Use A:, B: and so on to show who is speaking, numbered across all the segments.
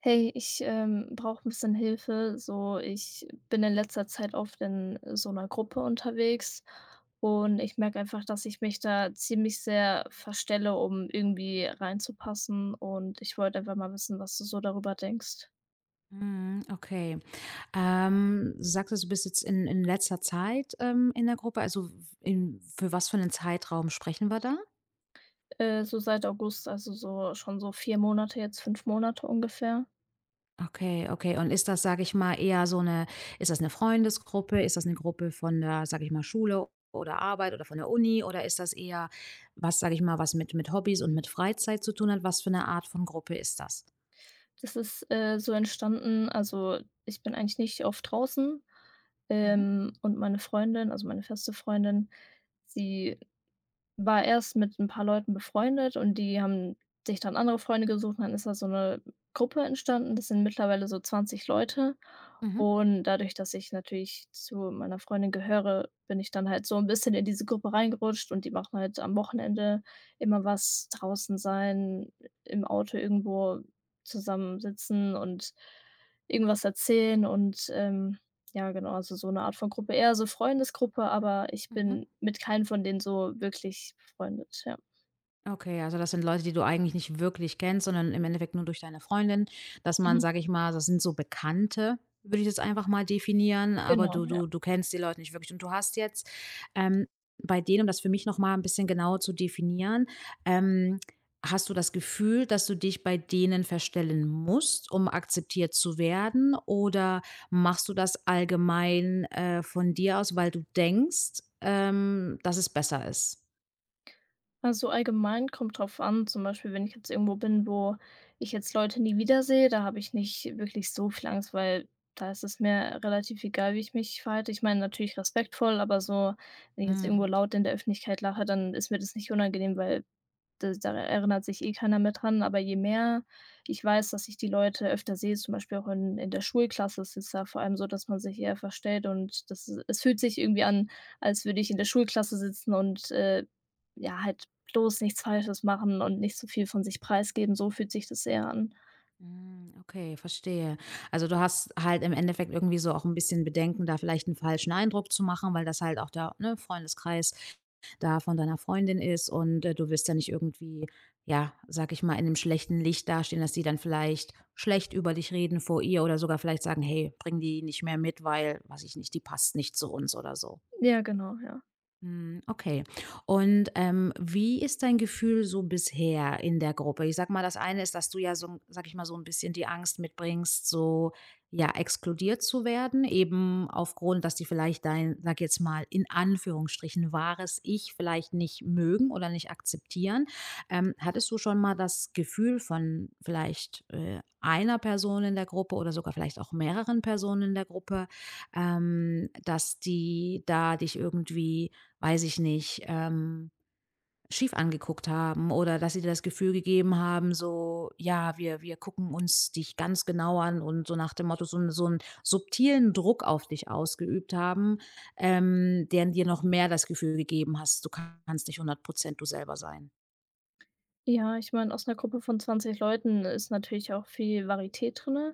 A: Hey, ich, brauche ein bisschen Hilfe. So, ich bin in letzter Zeit oft in so einer Gruppe unterwegs und ich merke einfach, dass ich mich da ziemlich sehr verstelle, um irgendwie reinzupassen und ich wollte einfach mal wissen, was du so darüber denkst.
B: Mhm, okay. Du sagtest, du bist jetzt in letzter Zeit, in der Gruppe. Also, in für was für einen Zeitraum sprechen wir da?
A: So seit August, also so schon so 4 Monate jetzt, 5 Monate ungefähr.
B: Okay, okay. Und ist das, sage ich mal, eher so eine? Ist das eine Freundesgruppe? Ist das eine Gruppe von der, sage ich mal, Schule oder Arbeit oder von der Uni? Oder ist das eher was, sage ich mal, was mit Hobbys und mit Freizeit zu tun hat? Was für eine Art von Gruppe ist das?
A: Das ist, so entstanden, also ich bin eigentlich nicht oft draußen,
B: Mhm,
A: und meine Freundin, also meine feste Freundin, sie war erst mit ein paar Leuten befreundet und die haben sich dann andere Freunde gesucht und dann ist da so 'ne Gruppe entstanden. Das sind mittlerweile so 20 Leute
B: mhm,
A: und dadurch, dass ich natürlich zu meiner Freundin gehöre, bin ich dann halt so 'n bisschen in diese Gruppe reingerutscht und die machen halt am Wochenende immer was, draußen sein, im Auto irgendwo zusammensitzen und irgendwas erzählen und, ja, genau, also so 'ne Art von Gruppe, eher so Freundesgruppe, aber ich
B: mhm.
A: bin mit keinem von denen so wirklich befreundet, ja.
B: Okay, also das sind Leute, die du eigentlich nicht wirklich kennst, sondern im Endeffekt nur durch deine Freundin, dass man,
A: Mhm,
B: sage ich mal, das sind so Bekannte, würde ich das einfach mal definieren, aber
A: genau,
B: du
A: ja.
B: du du kennst die Leute nicht wirklich und du hast jetzt, ähm, bei denen, um das für mich noch mal 'n bisschen genauer zu definieren, ähm, hast du das Gefühl, dass du dich bei denen verstellen musst, um akzeptiert zu werden? Oder machst du das allgemein, von dir aus, weil du denkst, dass es besser ist?
A: Also, allgemein kommt drauf an, zum Beispiel, wenn ich jetzt irgendwo bin, wo ich jetzt Leute nie wiedersehe, da habe ich nicht wirklich so viel Angst, weil da ist es mir relativ egal, wie ich mich verhalte. Ich meine natürlich respektvoll, aber so, wenn ich jetzt irgendwo
B: Mhm.
A: laut in der Öffentlichkeit lache, dann ist mir das nicht unangenehm, weil da erinnert sich eh keiner mehr dran, aber je mehr ich weiß, dass ich die Leute öfter sehe, zum Beispiel auch in der Schulklasse ist es ja vor allem so, dass man sich eher verstellt und es fühlt sich irgendwie an, als würde ich in der Schulklasse sitzen und, ja, halt bloß nichts Falsches machen und nicht so viel von sich preisgeben, so fühlt sich das eher an.
B: Hm, okay, verstehe. Also du hast halt im Endeffekt irgendwie so auch ein bisschen Bedenken, da vielleicht einen falschen Eindruck zu machen, weil das halt auch der, ne, Freundeskreis da von deiner Freundin ist und, du willst ja nicht irgendwie, ja, sag ich mal, in einem schlechten Licht dastehen, dass die dann vielleicht schlecht über dich reden vor ihr oder sogar vielleicht sagen: „Hey, bring die nicht mehr mit, weil, weiß ich nicht, die passt nicht zu uns“ oder so.
A: Ja, genau, ja.
B: Hm, okay. Und wie ist dein Gefühl so bisher in der Gruppe? Ich sag mal, das eine ist, dass du ja so, sag ich mal, so ein bisschen die Angst mitbringst, so ja, exkludiert zu werden, eben aufgrund, dass die vielleicht dein, sag jetzt mal, in Anführungsstrichen wahres Ich vielleicht nicht mögen oder nicht akzeptieren. Hattest du schon mal das Gefühl von vielleicht einer Person in der Gruppe oder sogar vielleicht auch mehreren Personen in der Gruppe, dass die da dich irgendwie weiß ich nicht, schief angeguckt haben oder dass sie dir das Gefühl gegeben haben, so: „Ja, wir gucken uns dich ganz genau an“ und so nach dem Motto so 'n so einen subtilen Druck auf dich ausgeübt haben, der dir noch mehr das Gefühl gegeben hast, du kannst nicht 100% du selber sein.
A: Ja, ich meine, aus einer Gruppe von 20 Leuten ist natürlich auch viel Varietät drin.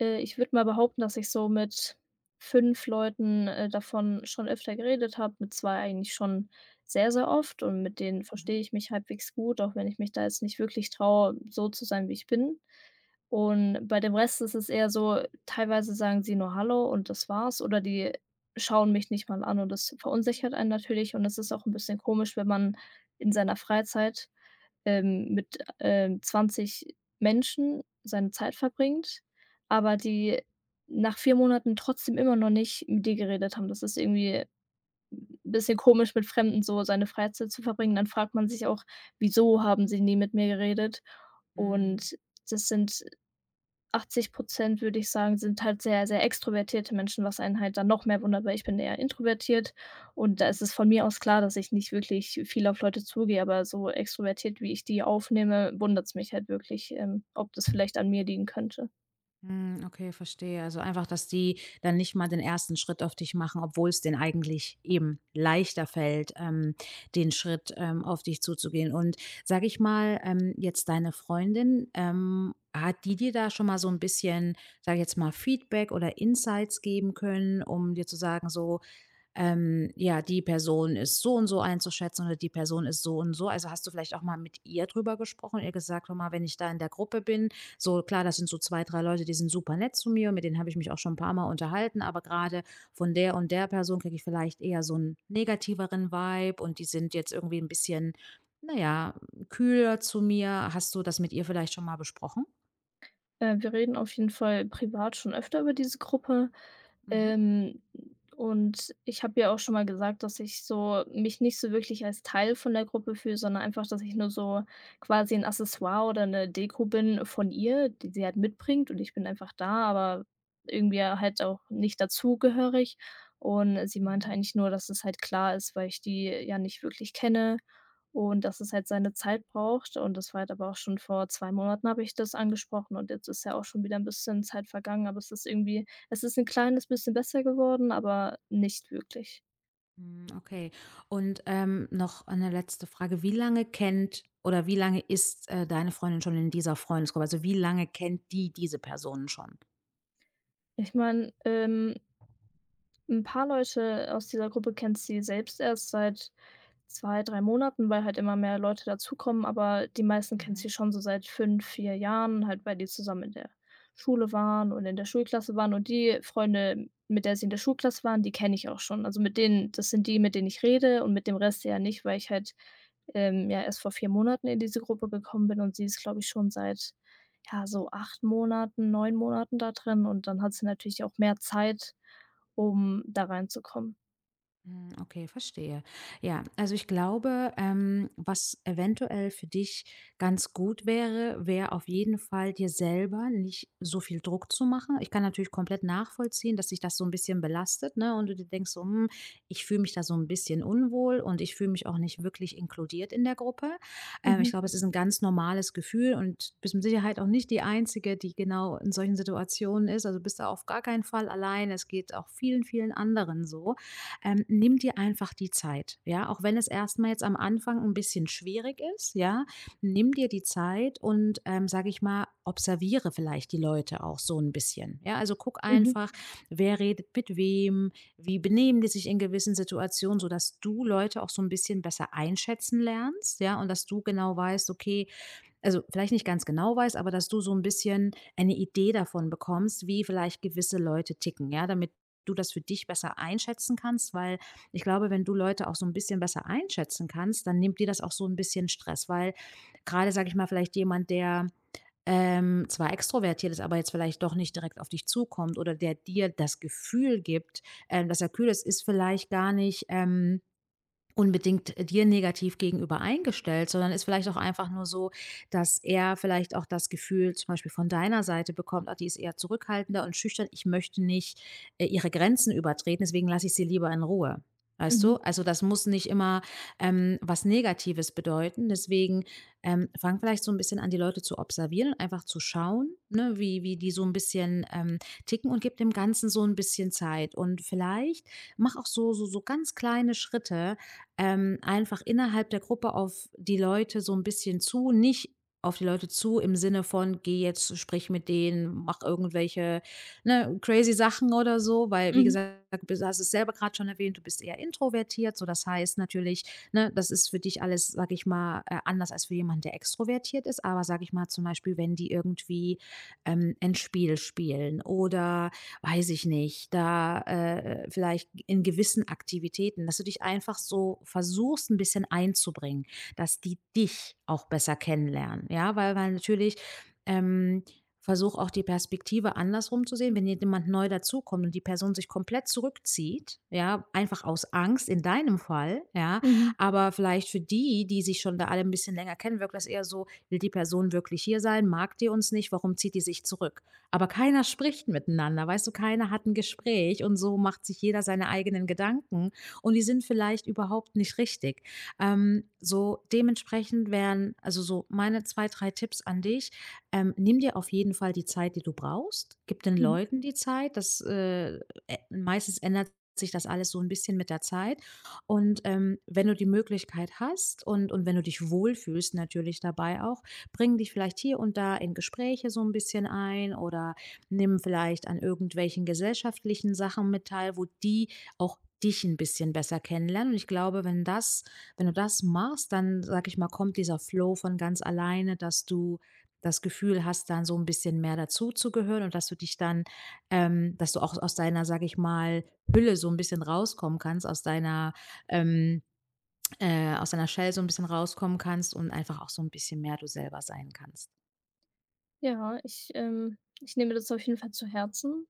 A: Ich würde mal behaupten, dass ich so mit 5 Leuten, davon schon öfter geredet habe, mit 2 eigentlich schon sehr, sehr oft und mit denen
B: Mhm.
A: verstehe ich mich halbwegs gut, auch wenn ich mich da jetzt nicht wirklich traue, so zu sein, wie ich bin. Und bei dem Rest ist es eher so, teilweise sagen sie nur „Hallo" und das war's oder die schauen mich nicht mal an und das verunsichert einen natürlich und es ist auch ein bisschen komisch, wenn man in seiner Freizeit mit, 20 Menschen seine Zeit verbringt, aber die nach 4 Monaten trotzdem immer noch nicht mit dir geredet haben. Das ist irgendwie 'n bisschen komisch, mit Fremden so seine Freizeit zu verbringen. Dann fragt man sich auch: „Wieso haben sie nie mit mir geredet?"
B: Mhm.
A: Und das sind 80%, würde ich sagen, sind halt sehr, sehr extrovertierte Menschen, was einen halt dann noch mehr wundert, weil ich bin eher introvertiert und da
B: Mhm.
A: ist es von mir aus klar, dass ich nicht wirklich viel auf Leute zugehe, aber so extrovertiert, wie ich die aufnehme, wundert's mich halt wirklich, ob das vielleicht an mir liegen könnte.
B: Hm, okay, verstehe. Also einfach, dass die dann nicht mal den ersten Schritt auf dich machen, obwohl es denen eigentlich eben leichter fällt, den Schritt, auf dich zuzugehen. Und sage ich mal, jetzt deine Freundin, hat die dir da schon mal so ein bisschen, sage ich jetzt mal, Feedback oder Insights geben können, um dir zu sagen so: ja, die Person ist so und so einzuschätzen oder die Person ist so und so. Also hast du vielleicht auch mal mit ihr drüber gesprochen und ihr gesagt, hör mal, wenn ich da in der Gruppe bin, so klar, das sind so zwei, drei Leute, die sind super nett zu mir und mit denen habe ich mich auch schon ein paar Mal unterhalten, aber gerade von der und der Person kriege ich vielleicht eher so einen negativeren Vibe und die sind jetzt irgendwie ein bisschen, naja, kühler zu mir. Hast du das mit ihr vielleicht schon mal besprochen?
A: Wir reden auf jeden Fall privat schon öfter über diese Gruppe.
B: Mhm.
A: Ähm, und ich habe ja auch schon mal gesagt, dass ich so mich nicht so wirklich als Teil von der Gruppe fühle, sondern einfach, dass ich nur so quasi ein Accessoire oder eine Deko bin von ihr, die sie halt mitbringt und ich bin einfach da, aber irgendwie halt auch nicht dazugehörig. Und sie meinte
B: Mhm.
A: eigentlich nur, dass es halt klar ist, weil ich die ja nicht wirklich kenne und dass es halt seine Zeit braucht, und das war halt aber auch schon vor 2 Monaten, habe ich das angesprochen, und jetzt ist ja auch schon wieder ein bisschen Zeit vergangen, aber es ist irgendwie, es ist ein kleines bisschen besser geworden, aber nicht wirklich.
B: Hm, okay. Und, noch eine letzte Frage. Wie lange kennt oder wie lange ist, deine Freundin schon in dieser Freundesgruppe? Also, wie lange kennt die diese Personen schon?
A: Ich meine, 'n paar Leute aus dieser Gruppe kennt sie selbst erst seit 2, 3 Monaten, weil halt immer mehr Leute dazukommen, aber die meisten kennen
B: Mhm.
A: sie schon so seit 5, 4 Jahren, halt weil die zusammen in der Schule waren und in der Schulklasse waren und die Freunde, mit der sie in der Schulklasse waren, die kenne ich auch schon. Also, mit denen, das sind die, mit denen ich rede, und mit dem Rest ja nicht, weil ich halt, ja, erst vor 4 Monaten in diese Gruppe gekommen bin, und sie ist, glaube ich, schon seit, ja, so 8 Monaten, 9 Monaten da drin, und dann hat sie natürlich auch mehr Zeit, um da reinzukommen.
B: Hm, okay, verstehe. Ja, also ich glaube, was eventuell für dich ganz gut wäre, wäre auf jeden Fall dir selber nicht so viel Druck zu machen. Ich kann natürlich komplett nachvollziehen, dass sich das so ein bisschen belastet, ne? Und du dir denkst so, ich fühle mich da so ein bisschen unwohl und ich fühle mich auch nicht wirklich inkludiert in der Gruppe. Ich
A: Mhm,
B: glaube, es ist ein ganz normales Gefühl und bist mit Sicherheit auch nicht die Einzige, die genau in solchen Situationen ist. Also bist du auf gar keinen Fall allein. Es geht auch vielen, vielen anderen so. Nimm dir einfach die Zeit, ja, auch wenn es erstmal jetzt am Anfang ein bisschen schwierig ist, ja. Nimm dir die Zeit und, sage ich mal, observiere vielleicht die Leute auch so ein bisschen, ja? Also, guck
A: mhm,
B: einfach, wer redet mit wem, wie benehmen die sich in gewissen Situationen, sodass du Leute auch so ein bisschen besser einschätzen lernst, ja, und dass du genau weißt: „Okay, also vielleicht nicht ganz genau weißt, aber dass du so ein bisschen eine Idee davon bekommst, wie vielleicht gewisse Leute ticken, ja, damit du das für dich besser einschätzen kannst, weil ich glaube, wenn du Leute auch so ein bisschen besser einschätzen kannst, dann nimmt dir das auch so ein bisschen Stress, weil gerade sage ich mal, vielleicht jemand, der, zwar extrovertiert ist, aber jetzt vielleicht doch nicht direkt auf dich zukommt oder der dir das Gefühl gibt, dass er kühl ist, ist vielleicht gar nicht, unbedingt dir negativ gegenüber eingestellt, sondern ist vielleicht auch einfach nur so, dass er vielleicht auch das Gefühl zum Beispiel von deiner Seite bekommt, ah, die ist eher zurückhaltender und schüchtern, ich möchte nicht ihre Grenzen übertreten, deswegen lasse ich sie lieber in Ruhe. Weißt du?
A: mhm,
B: Also das muss nicht immer was Negatives bedeuten. Deswegen fang vielleicht so ein bisschen an, die Leute zu observieren und einfach zu schauen, ne, wie die so ein bisschen ticken und gib dem Ganzen so ein bisschen Zeit. Und vielleicht mach auch so, so, so ganz kleine Schritte, einfach innerhalb der Gruppe auf die Leute so ein bisschen zu nicht auf die Leute zu im Sinne von: „Geh jetzt, sprich mit denen, mach irgendwelche, ne, crazy Sachen oder so“, weil, wie
A: mhm,
B: gesagt, du hast es selber gerade schon erwähnt, du bist eher introvertiert, so das heißt natürlich, ne, das ist für dich alles, sage ich mal, anders als für jemanden, der extrovertiert ist. Aber sage ich mal, zum Beispiel, wenn die irgendwie, ein Spiel spielen oder, weiß ich nicht, da, vielleicht in gewissen Aktivitäten, dass du dich einfach so versuchst, ein bisschen einzubringen, dass die dich auch besser kennenlernen, ja? Weil natürlich, ähm, versuch auch die Perspektive andersrum zu sehen, wenn jemand neu dazukommt und die Person sich komplett zurückzieht, ja, einfach aus Angst in deinem Fall, ja,
A: mhm,
B: aber vielleicht für die, die sich schon da alle ein bisschen länger kennen, wirkt das eher so: „Will die Person wirklich hier sein? Mag die uns nicht? Warum zieht die sich zurück?“ aber keiner spricht miteinander, weißt du? Keiner hat ein Gespräch und so macht sich jeder seine eigenen Gedanken und die sind vielleicht überhaupt nicht richtig. So dementsprechend wären also, so meine 2, 3 Tipps an dich. Nimm dir auf jeden Fall die Zeit, die du brauchst. Gib den
A: mhm.
B: Leuten die Zeit. Das, ä Meistens ändert sich das alles so ein bisschen mit der Zeit. Und, wenn du die Möglichkeit hast und wenn du dich wohlfühlst natürlich dabei auch, bringen dich vielleicht hier und da in Gespräche so ein bisschen ein oder nehmen vielleicht an irgendwelchen gesellschaftlichen Sachen mit teil, wo die auch dich ein bisschen besser kennenlernen. Und ich glaube, wenn du das machst, dann, sage ich mal, kommt dieser Flow von ganz alleine, dass du das Gefühl hast, dann so ein bisschen mehr dazuzugehören und dass du auch aus deiner, sage ich mal, Hülle so ein bisschen rauskommen kannst, ähm aus deiner Shell so ein bisschen rauskommen kannst und einfach auch so ein bisschen mehr du selber sein kannst.
A: Ja, ich nehme das auf jeden Fall zu Herzen.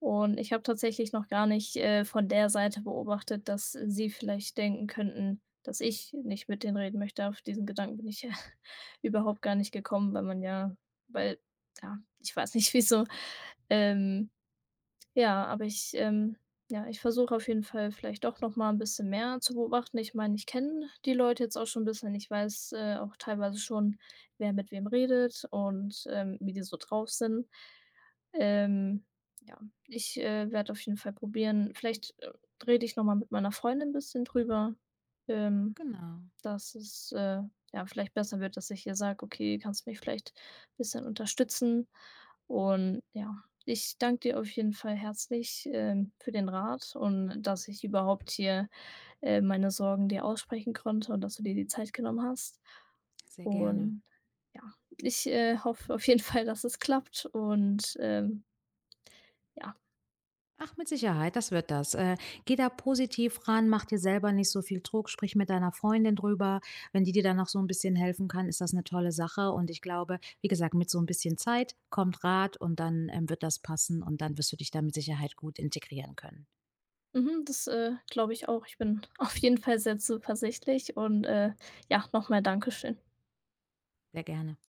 A: Und ich habe tatsächlich noch gar nicht, von der Seite beobachtet, dass sie vielleicht denken könnten, dass ich nicht mit denen reden möchte. Auf diesen Gedanken bin ich ja überhaupt gar nicht gekommen, weil man ja, weil ja, ich weiß nicht, wieso, ähm ja, aber ich ja, ich versuche auf jeden Fall vielleicht doch noch mal ein bisschen mehr zu beobachten. Ich meine, ich kenne die Leute jetzt auch schon 'n bisschen. Ich weiß, auch teilweise schon, wer mit wem redet und, wie die so drauf sind. Ähm, ja, ich, werde auf jeden Fall probieren, vielleicht, rede ich noch mal mit meiner Freundin 'n bisschen drüber. Ähm
B: Genau,
A: dass es, ja, vielleicht besser wird, dass ich ihr sage: „Okay, kannst du mich vielleicht ein bisschen unterstützen?" Und ja, ich danke dir auf jeden Fall herzlich, für den Rat und dass ich überhaupt hier, meine Sorgen dir aussprechen konnte und dass du dir die Zeit genommen hast.
B: sehr gerne.
A: Und ja, ich, hoffe auf jeden Fall, dass es klappt und, ja,
B: Ach, mit Sicherheit, das wird das. Geh da positiv ran, mach dir selber nicht so viel Druck, sprich mit deiner Freundin drüber. Wenn die dir dann noch so ein bisschen helfen kann, ist das eine tolle Sache und ich glaube, wie gesagt, mit so ein bisschen Zeit kommt Rat und dann, wird das passen und dann wirst du dich da mit Sicherheit gut integrieren können.
A: mhm, das, glaube ich auch. Ich bin auf jeden Fall sehr zuversichtlich und, ja, nochmal Dankeschön.
B: Sehr gerne.